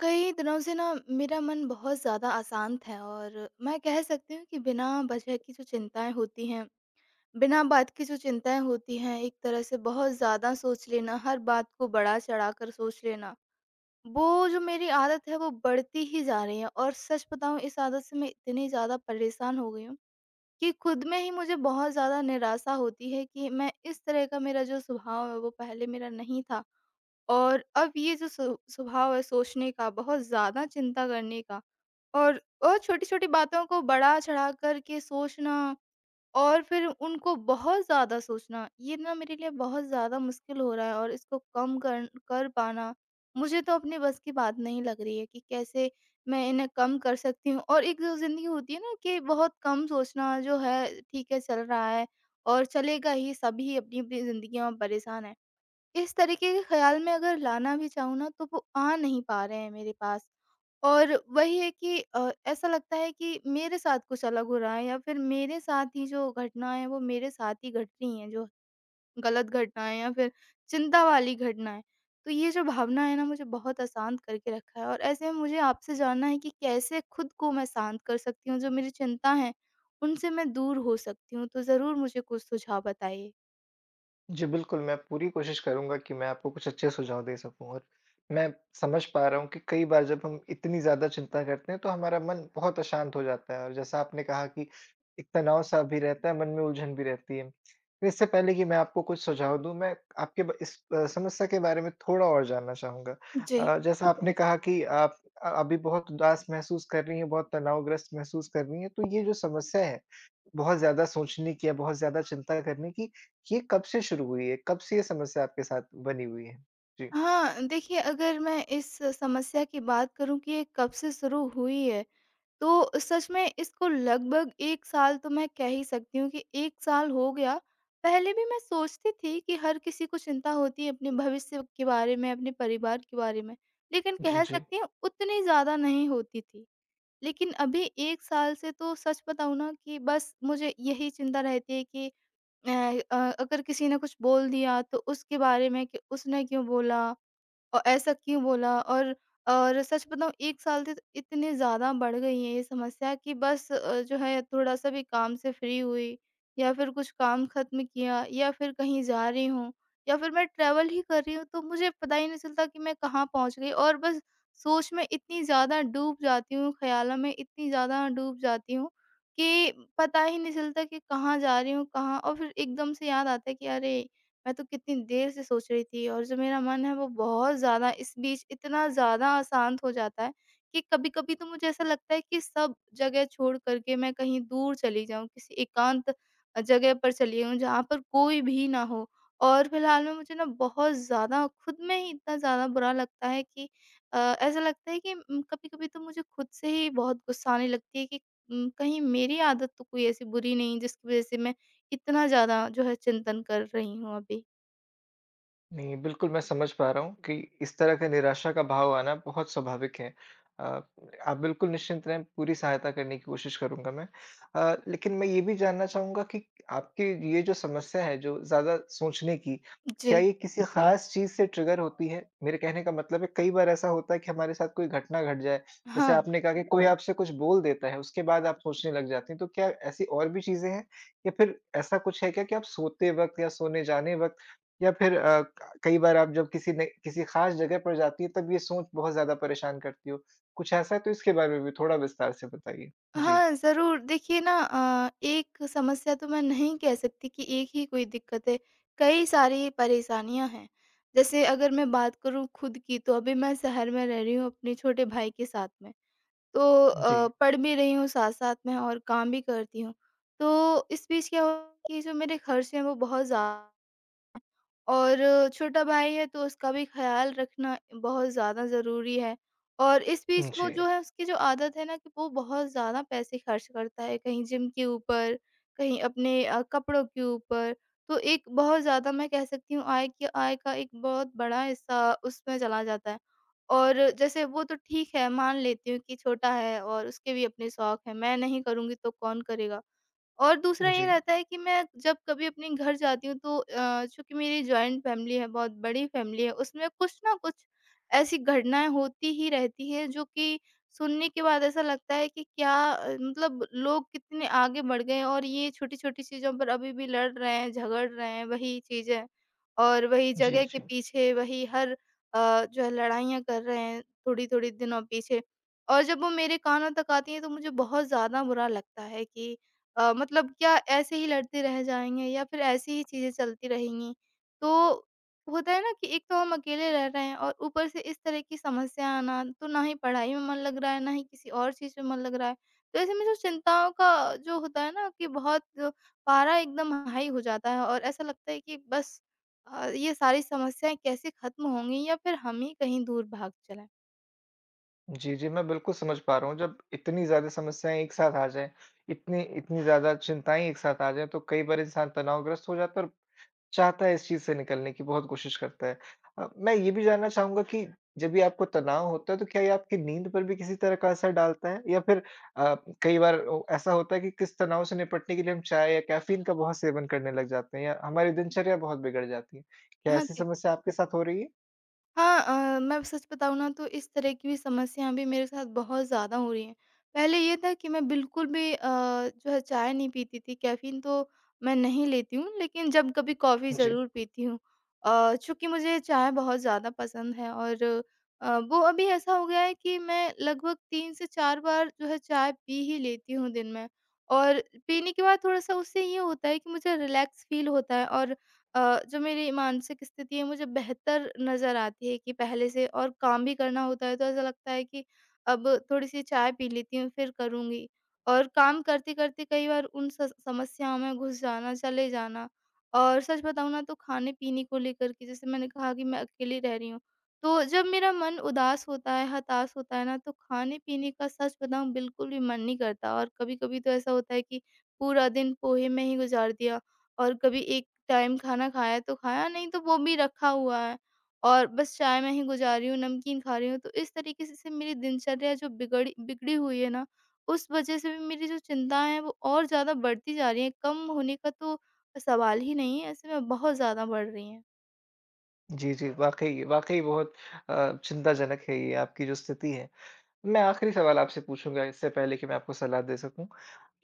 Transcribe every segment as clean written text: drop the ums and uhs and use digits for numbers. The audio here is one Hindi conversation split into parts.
कई दिनों से ना मेरा मन बहुत ज़्यादा अशांत है, और मैं कह सकती हूँ कि बिना वजह की जो चिंताएँ होती हैं, बिना बात की जो चिंताएँ होती हैं, एक तरह से बहुत ज़्यादा सोच लेना, हर बात को बढ़ा-चढ़ा कर सोच लेना, वो जो मेरी आदत है वो बढ़ती ही जा रही है। और सच बताऊँ, इस आदत से मैं इतनी ज़्यादा परेशान हो गई हूँ कि खुद में ही मुझे बहुत ज़्यादा निराशा होती है कि मैं इस तरह का मेरा जो स्वभाव है वो पहले मेरा नहीं था। और अब ये जो सु स्वभाव है सोचने का, बहुत ज़्यादा चिंता करने का, और छोटी-छोटी बातों को बढ़ा-चढ़ा कर के सोचना और फिर उनको बहुत ज़्यादा सोचना, ये ना मेरे लिए बहुत ज़्यादा मुश्किल हो रहा है। और इसको कम कर कर पाना, मुझे तो अपने बस की बात नहीं लग रही है कि कैसे मैं इन्हें कम कर सकती हूँ। और एक जो ज़िंदगी होती है ना कि बहुत कम सोचना जो है, ठीक है चल रहा है और चलेगा ही, सभी अपनी-अपनी ज़िंदगियों में परेशान हैं। इस तरीके के ख़्याल में अगर लाना भी चाहूँ ना, तो वो आ नहीं पा रहे हैं मेरे पास। और वही है कि ऐसा लगता है कि मेरे साथ कुछ अलग हो रहा है, या फिर मेरे साथ ही जो घटनाएँ हैं वो मेरे साथ ही घट रही हैं, जो गलत घटनाएँ या फिर चिंता वाली घटनाएँ। तो ये जो भावना है ना, मुझे बहुत अशांत करके रखा है, और ऐसे में मुझे आपसे जानना है कि कैसे खुद को मैं शांत कर सकती हूँ? जो मेरी चिंता हैं, उनसे मैं दूर हो सकती हूँ? तो ज़रूर मुझे कुछ सुझाव बताइए। जी, बिल्कुल, मैं पूरी कोशिश करूँगा कि मैं आपको कुछ अच्छे सुझाव दे सकूँ और मैं समझ पा रहा हूँ कि कई बार जब हम इतनी ज़्यादा चिंता करते हैं, तो हमारा मन बहुत अशांत हो जाता है और जैसा आपने कहा कि एक तनाव-सा भी रहता है, मन में उलझन भी रहती है। इससे पहले कि मैं आपको कुछ सुझाव दूँ, मैं आपके ब इस समस्या के बारे में थोड़ा और जानना चाहूँगा। जी। जैसा आपने कहा कि आप अभी बहुत उदास महसूस कर रही हैं, बहुत तनावग्रस्त महसूस कर रही हैं, तो ये जो समस्या है, बहुत ज़्यादा सोचने की या बहुत ज़्यादा चिंता करने की, ये कब से शुरू हुई है? कब से ये समस्या आपके साथ बनी हुई है? जी। हाँ, देखिए, अगर मैं इस समस्या की बात करूँ कि ये कब से शुरू हुई है, तो सच में इसको लगभग 1 साल तो मैं कह ही सकती हूँ, कि 1 साल हो गया। पहले भी मैं सोचती थी कि हर किसी को चिंता होती है अपने भविष्य के बारे में, अपने परिवार के बारे में, लेकिन कह जी, सकती हूँ उतनी ज़्यादा नहीं होती थी। लेकिन अभी 1 साल से तो सच बताऊँ ना, कि बस मुझे यही चिंता रहती है कि अ अगर किसी ने कुछ बोल दिया, तो उसके बारे में कि उसने क्यों बोला? और ऐसा क्यों बोला? और सच बताऊँ 1 साल से इतनी ज़्यादा बढ़ गई है ये समस्या कि बस जो है, थोड़ा-सा भी काम से फ्री हुई, या फिर कुछ काम ख़त्म किया, या फिर कहीं जा रही हूँ, या फिर मैं ट्रैवल ही कर रही हूँ, तो मुझे पता ही नहीं चलता कि मैं कहाँ पहुँच गई। और बस सोच में इतनी ज़्यादा डूब जाती हूँ, ख़्यालों में इतनी ज़्यादा डूब जाती हूँ कि पता ही नहीं चलता कि कहाँ जा रही हूँ, कहाँ। और फिर एकदम से याद आता है कि अरे! मैं तो कितनी देर से सोच रही थी। और जो मेरा मन है वो बहुत ज़्यादा इस बीच इतना ज़्यादा अशांत हो जाता है कि कभी-कभी तो मुझे ऐसा लगता है कि सब जगह छोड़ कर के मैं कहीं दूर चली जाऊँ, किसी एकांत जगह पर चली जाऊँ जहाँ पर कोई भी ना हो। और फिलहाल में मुझे ना बहुत ज़्यादा खुद में ही इतना ज़्यादा बुरा लगता है कि ऐसा लगता है कि कभी-कभी तो मुझे खुद से ही बहुत गुस्सा आने लगती है कि कहीं मेरी आदत तो कोई ऐसी बुरी नहीं, जिसकी वज़ह से मैं इतना ज़्यादा जो है चिंतन कर रही हूँ अभी। नहीं, बिल्कुल मैं समझ पा रहा हूँ कि इस तरह का निराशा का भाव आना बहुत स्वाभाविक है। अ, आप बिल्कुल निश्चिंत रहें, पूरी सहायता करने की कोशिश करूँगा मैं। लेकिन मैं ये भी जानना चाहूँगा कि आपकी ये जो समस्या है, जो ज़्यादा सोचने की, जी। क्या ये किसी ख़ास चीज़ से ट्रिगर होती है? मेरे कहने का मतलब है, कई बार ऐसा होता है कि हमारे साथ कोई घटना घट जाए, जैसे हाँ, आपने कहा कि कोई आपसे कुछ बोल देता है, उसके बाद आप सोचने लग जाती हैं। तो क्या ऐसी और भी चीज़ें हैं? या फिर ऐसा कुछ है क्या कि आप सोते वक़्त या सोने जाने वक़्त या फिर कई बार आप जब किसी ने किसी ख़ास जगह पर जाती हैं, तब ये सोच बहुत ज़्यादा परेशान करती हो? कुछ ऐसा है तो इसके बारे में भी थोड़ा विस्तार से बताइए। जी। हाँ, ज़रूर। देखिए ना, एक समस्या तो मैं नहीं कह सकती कि एक ही कोई दिक्कत है, कई सारी परेशानियाँ हैं। जैसे अगर मैं बात करूँ खुद की, तो अभी मैं शहर में रह रही हूँ अपने छोटे भाई के साथ में। तो जी। पढ़ भी रही हूँ साथ-साथ में और काम भी करती हूँ। तो इस बीच क्या हुआ कि जो मेरे खर्च हैं वो बहुत ज़्या और छोटा भाई है तो उसका भी ख़्याल रखना बहुत ज़्यादा ज़रूरी है। और इस जी। बीच वो जी। जो है उसकी जो आदत है ना कि वो बहुत ज़्यादा पैसे खर्च करता है, कहीं जिम के ऊपर, कहीं अपने कपड़ों के ऊपर। तो एक बहुत ज़्यादा मैं कह सकती हूँ आय का एक बहुत बड़ा हिस्सा उसमें चला जाता है। और जैसे वो तो ठीक है, मान लेती हूँ कि छोटा है और उसके भी अपने शौक हैं, मैं नहीं करूँगी तो कौन करेगा? और दूसरा ये रहता है कि मैं जब कभी अपने घर जाती हूँ, तो चूँकि मेरी जॉइंट फैमिली है, बहुत बड़ी फैमिली है, उसमें कुछ ना कुछ ऐसी घटनाएँ होती ही रहती हैं जो कि सुनने के बाद ऐसा लगता है कि क्या मतलब लोग कितने आगे बढ़ गए हैं और ये छोटी-छोटी चीज़ों पर अभी भी लड़ रहे हैं, झगड़ रहे हैं, वही चीज़ें और वही जी, जगह के जी। पीछे वही हर जो है लड़ाइयाँ कर रहे हैं थोड़ी-थोड़ी दिनों पीछे। और जब वो मेरे कानों तक आती हैं, तो मुझे बहुत ज़्यादा बुरा लगता है कि मतलब क्या ऐसे ही लड़ते रह जाएँगे या फिर ऐसी ही चीज़ें चलती रहेंगी? तो होता है ना कि एक तो हम अकेले रह रहे हैं, और ऊपर से इस तरह की समस्या आना, तो ना ही पढ़ाई में मन लग रहा है, ना ही किसी और चीज़ में मन लग रहा है। तो ऐसे में जो चिंताओं का जो होता है ना कि बहुत पारा एकदम हाई हो जाता है, और ऐसा लगता है कि बस ये सारी समस्याएँ कैसे खत्म होंगी, या फिर हम ही कहीं दूर भाग चले। जी, जी, मैं बिल्कुल समझ पा रहा हूँ, जब इतनी ज़्यादा समस्याएँ एक साथ आ जाएँ, इतनी इतनी ज़्यादा चिंताएँ एक साथ आ जाएँ, तो कई बार इंसान तनावग्रस्त हो जाता है और चाहता है इस चीज़ से निकलने की, बहुत कोशिश करता है। मैं ये भी जानना चाहूँगा कि जब भी आपको तनाव होता है, तो क्या ये आपकी नींद पर भी किसी तरह का असर डालता है? या फिर अ, कई बार ओ ऐसा होता है कि किस तनाव से निपटने के लिए हम चाय या कैफ़ीन का बहुत सेवन करने लग जाते हैं या हमारी दिनचर्या बहुत बिगड़ जाती है। क्या हाँ ऐसी जी। समस्या आपके साथ हो रही है? हाँ, मैं सच बताऊँ ना तो इस तरह की भी समस्याएँ भी मेरे साथ बहुत ज़्यादा हो रही हैं। पहले ये था कि मैं बिल्कुल भी जो है चाय नहीं पीती थी, कैफ़ीन तो मैं नहीं लेती हूँ, लेकिन जब कभी कॉफ़ी जी। ज़रूर पीती हूँ। चूँकि मुझे चाय बहुत ज़्यादा पसंद है, और वो अभी ऐसा हो गया है कि मैं लगभग 3 से 4 बार जो है चाय पी ही लेती हूँ दिन में। और पीने के बाद थोड़ा-सा उससे ये होता है कि मुझे रिलैक्स फ़ील होता है, और जो मेरी मानसिक स्थिति है मुझे बेहतर नज़र आती है कि पहले से, और काम भी करना होता है तो ऐसा लगता है कि अब थोड़ी सी चाय पी लेती हूँ फिर करूँगी। और काम करते-करते कई बार उन स समस्याओं में घुस जाना, चले जाना, और सच बताऊँ ना तो खाने-पीने को लेकर के जैसे मैंने कहा कि मैं अकेली रह रही हूँ। तो जब मेरा मन उदास होता है, हताश होता है ना, तो खाने-पीने का सच बताऊँ बिल्कुल भी मन नहीं करता और कभी-कभी तो ऐसा होता है कि पूरा दिन पोहे में ही गुज़ार दिया। और कभी एक टाइम खाना खाया तो खाया, नहीं तो वो भी रखा हुआ है और बस चाय में ही गुज़ार रही हूँ, नमकीन खा रही हूँ। तो इस तरीके से मेरी दिनचर्या जो बिगड़ी बिगड़ी हुई है ना, उस वज़ह से भी मेरी जो चिंताएँ हैं वो और ज़्यादा बढ़ती जा रही हैं, कम होने का तो सवाल ही नहीं है, ऐसे में बहुत ज़्यादा बढ़ रही हैं। जी, जी, वाक़ई, वाक़ई बहुत चिंताजनक है ये आपकी जो स्थिति है। मैं आखिरी सवाल आपसे पूछूँगा इससे पहले कि मैं आपको सलाह दे सकूँ,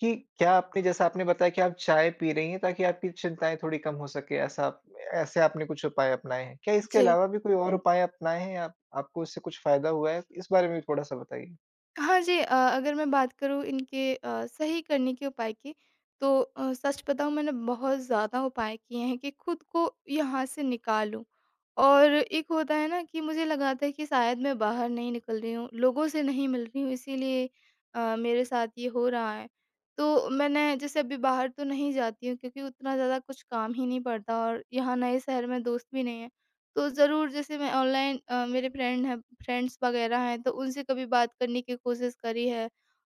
कि क्या आपने, जैसा आपने बताया कि आप चाय पी रही हैं ताकि आपकी चिंताएँ थोड़ी कम हो सके, ऐसा आप ऐसे आपने कुछ उपाय अपनाए हैं? क्या इसके जी। अलावा भी कोई और उपाय अपनाए हैं आप आपको? इससे कुछ फ़ायदा हुआ है? इस बारे में भी थोड़ा-सा बताइए। हाँ जी, अगर मैं बात करूँ इनके सही करने के उपाय की, तो सच बताऊँ मैंने बहुत ज़्यादा उपाय किए हैं कि खुद को यहाँ से निकालूँ। और एक होता है ना कि मुझे लगा था कि शायद मैं बाहर नहीं निकल रही हूँ, लोगों से नहीं मिल रही हूँ, इसीलिए मेरे साथ ये हो रहा है। तो मैंने जैसे अभी बाहर तो नहीं जाती हूँ क्योंकि उतना ज़्यादा कुछ काम ही नहीं पड़ता और यहाँ नए शहर में दोस्त भी नहीं है। तो ज़रूर, जैसे मैं ऑनलाइन मेरे फ्रेंड्स वगैरह हैं, तो उनसे कभी बात करने की कोशिश करी है।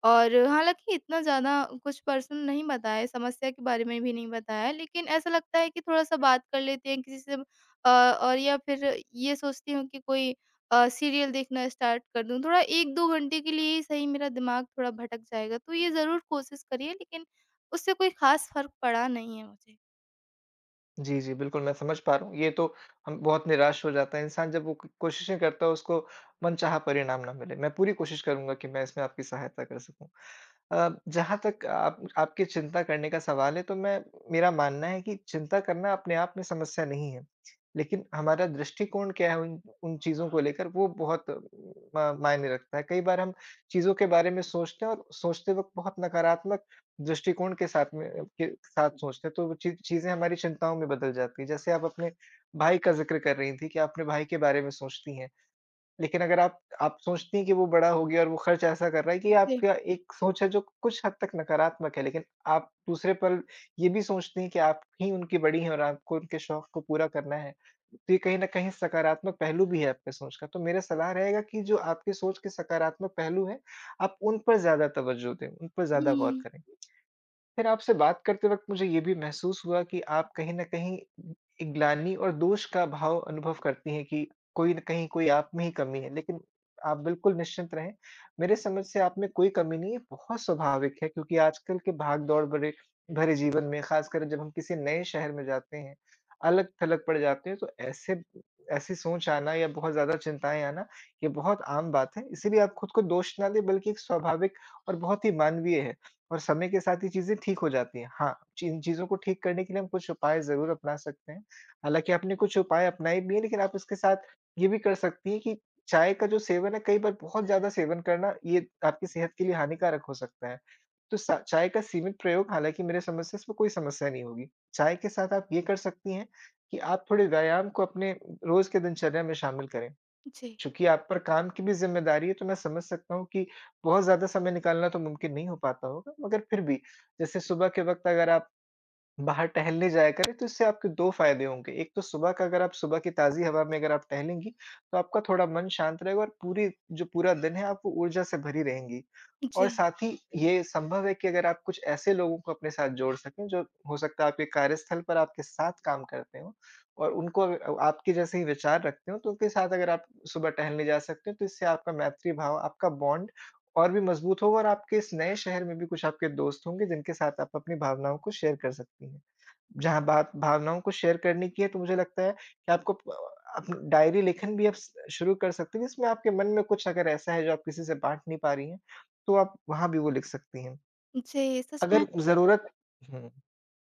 और हालाँकि इतना ज़्यादा कुछ पर्सन नहीं बताया, समस्या के बारे में भी नहीं बताया, लेकिन ऐसा लगता है कि थोड़ा-सा बात कर लेते हैं किसी से। और या फिर ये सोचती हूँ कि कोई सीरियल देखना स्टार्ट कर दूँ। थोड़ा 1-2 घंटे के लिए ही सही, मेरा दिमाग थोड़ा भटक जाएगा। तो ये ज़रूर कोशिश करी है, लेकिन उससे कोई ख़ास फ़र्क पड़ा नहीं है मुझे। जी, जी, बिल्कुल, मैं समझ पा रहा हूँ। ये तो हम, बहुत निराश हो जाता है इंसान जब वो क कोशिशें करता है, उसको मनचाहा परिणाम ना मिले। मैं पूरी कोशिश करूँगा कि मैं इसमें आपकी सहायता कर सकूँ। जहाँ तक आप आपकी चिंता करने का सवाल है, तो मैं मेरा मानना है कि चिंता करना अपने आप में समस्या नहीं है। लेकिन हमारा दृष्टिकोण क्या है उन उन चीज़ों को लेकर, वो बहुत म मायने रखता है। कई बार हम चीज़ों के बारे में सोचते हैं और सोचते वक़्त बहुत नकारात्मक दृष्टिकोण के साथ सोचते हैं, तो वो चीज़ें हमारी चिंताओं में बदल जाती हैं। जैसे आप अपने भाई का ज़िक्र कर रही थी कि आप अपने भाई के बारे में सोचती हैं। लेकिन अगर आप सोचती हैं कि वो बड़ा हो गया और वो खर्च ऐसा कर रहा है, कि जी। आपका एक सोच है जो कुछ हद तक नकारात्मक है। लेकिन आप दूसरे पल ये भी सोचती हैं कि आप ही उनकी बड़ी हैं और आपको उनके शौक को पूरा करना है। तो ये कहीं न कहीं सकारात्मक पहलू भी है आपकी सोच का। तो मेरा सलाह रहेगा कि जो आपकी सोच के सकारात्मक पहलू हैं, आप उन पर ज़्यादा तवज्जो दें, उन पर ज़्यादा गौर हुँ। करें। फिर आपसे बात करते वक़्त मुझे ये भी महसूस हुआ कि आप कहीं न कहीं एक ग्लानि और दोष का भाव अनुभव करती हैं कि कोई न कहीं, कोई आप में ही कमी है, लेकिन आप बिल्कुल निश्चिंत रहें, मेरे समझ से आप में कोई कमी नहीं है। बहुत स्वाभाविक है, क्योंकि आजकल के भाग-दौड़ भरे भरे जीवन में, ख़ासकर जब हम किसी नए शहर में जाते हैं, अलग-थलग पड़ जाते हैं, तो ऐसे ऐसी सोच आना या बहुत ज़्यादा चिंताएँ आना, ये बहुत आम बात है। इसीलिए आप खुद को दोष ना दें, बल्कि एक स्वाभाविक और बहुत ही मानवीय है। और समय के साथ ये चीज़ें ठीक हो जाती हैं। हाँ, इन चीज़ों को ठीक करने के लिए हम कुछ उपाय ज़रूर अपना सकते हैं। हालाँकि आपने कुछ उपाय अपनाए भी हैं, लेकिन आप इसके साथ ये भी कर सकती हैं कि चाय का जो सेवन है, कई बार बहुत ज़्यादा सेवन करना, ये आपकी सेहत के लिए हानिकारक हो सकता है। तो सा चाय का सीमित प्रयोग, हालाँकि मेरे समझ से इसमें कोई समस्या नहीं होगी। चाय के साथ आप ये कर सकती हैं कि आप थोड़े व्यायाम को अपने रोज़ के दिनचर्या में शामिल करें। जी। चूँकि आप पर काम की भी ज़िम्मेदारी है, तो मैं समझ सकता हूँ कि बहुत ज़्यादा समय निकालना तो मुमकिन नहीं हो पाता होगा, मगर फिर भी, जैसे सुबह के वक़्त अगर आप बाहर टहलने जाया करें, तो इससे आपके 2 फ़ायदे होंगे। एक तो, सुबह का अगर आप सुबह की ताज़ी हवा में अगर आप टहलेंगी, तो आपका थोड़ा मन शांत रहेगा और पूरी जो पूरा दिन है, आप वो ऊर्जा से भरी रहेंगी। और जी। साथ ही ये संभव है कि अगर आप कुछ ऐसे लोगों को अपने साथ जोड़ सकें, जो हो सकता है आपके कार्यस्थल पर आपके साथ काम करते हों और उनको आपके जैसे ही विचार रखते हों, तो उनके साथ अगर आप सुबह टहलने जा सकते हैं, तो इससे आपका मैत्री भाव, आपका बॉन्ड और भी मज़बूत होगा और आपके इस नए शहर में भी कुछ आपके दोस्त होंगे, जिनके साथ आप अपनी भावनाओं को शेयर कर सकती हैं। जहाँ बात भावनाओं को शेयर करने की है, तो मुझे लगता है कि आपको प आप डायरी लेखन भी आप स शुरू कर सकती हैं, जिसमें आपके मन में कुछ अगर ऐसा है जो आप किसी से बाँट नहीं पा रही हैं, तो आप वहाँ भी वो लिख सकती हैं। जी, सच अगर में। ज़रूरत हुँ।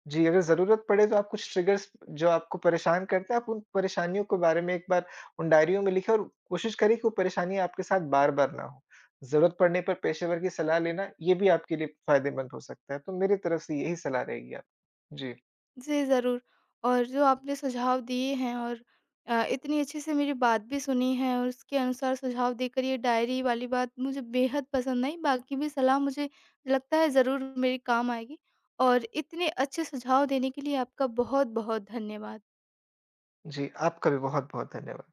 जी, अगर ज़रूरत पड़े तो आप कुछ ट्रिगर्स जो आपको परेशान करते हैं, आप उन परेशानियों के बारे में एक बार उन डायरियों में लिखें और कोशिश करें कि वो परेशानियाँ आपके साथ बार-बार ना हो। ज़रूरत पड़ने पर पेशेवर की सलाह लेना, ये भी आपके लिए फ़ायदेमंद हो सकता है। तो मेरी तरफ से यही सलाह रहेगी, आप। जी। जी, ज़रूर। और जो आपने सुझाव दिए हैं, और इतनी अच्छे से मेरी बात भी सुनी है और उसके अनुसार सुझाव देकर ये डायरी वाली बात मुझे बेहद पसंद आई। बाकी भी सलाह मुझे लगता है ज़रूर मेरे काम आएगी, और इतने अच्छे सुझाव देने के लिए आपका बहुत-बहुत धन्यवाद। जी, आपका भी बहुत-बहुत धन्यवाद।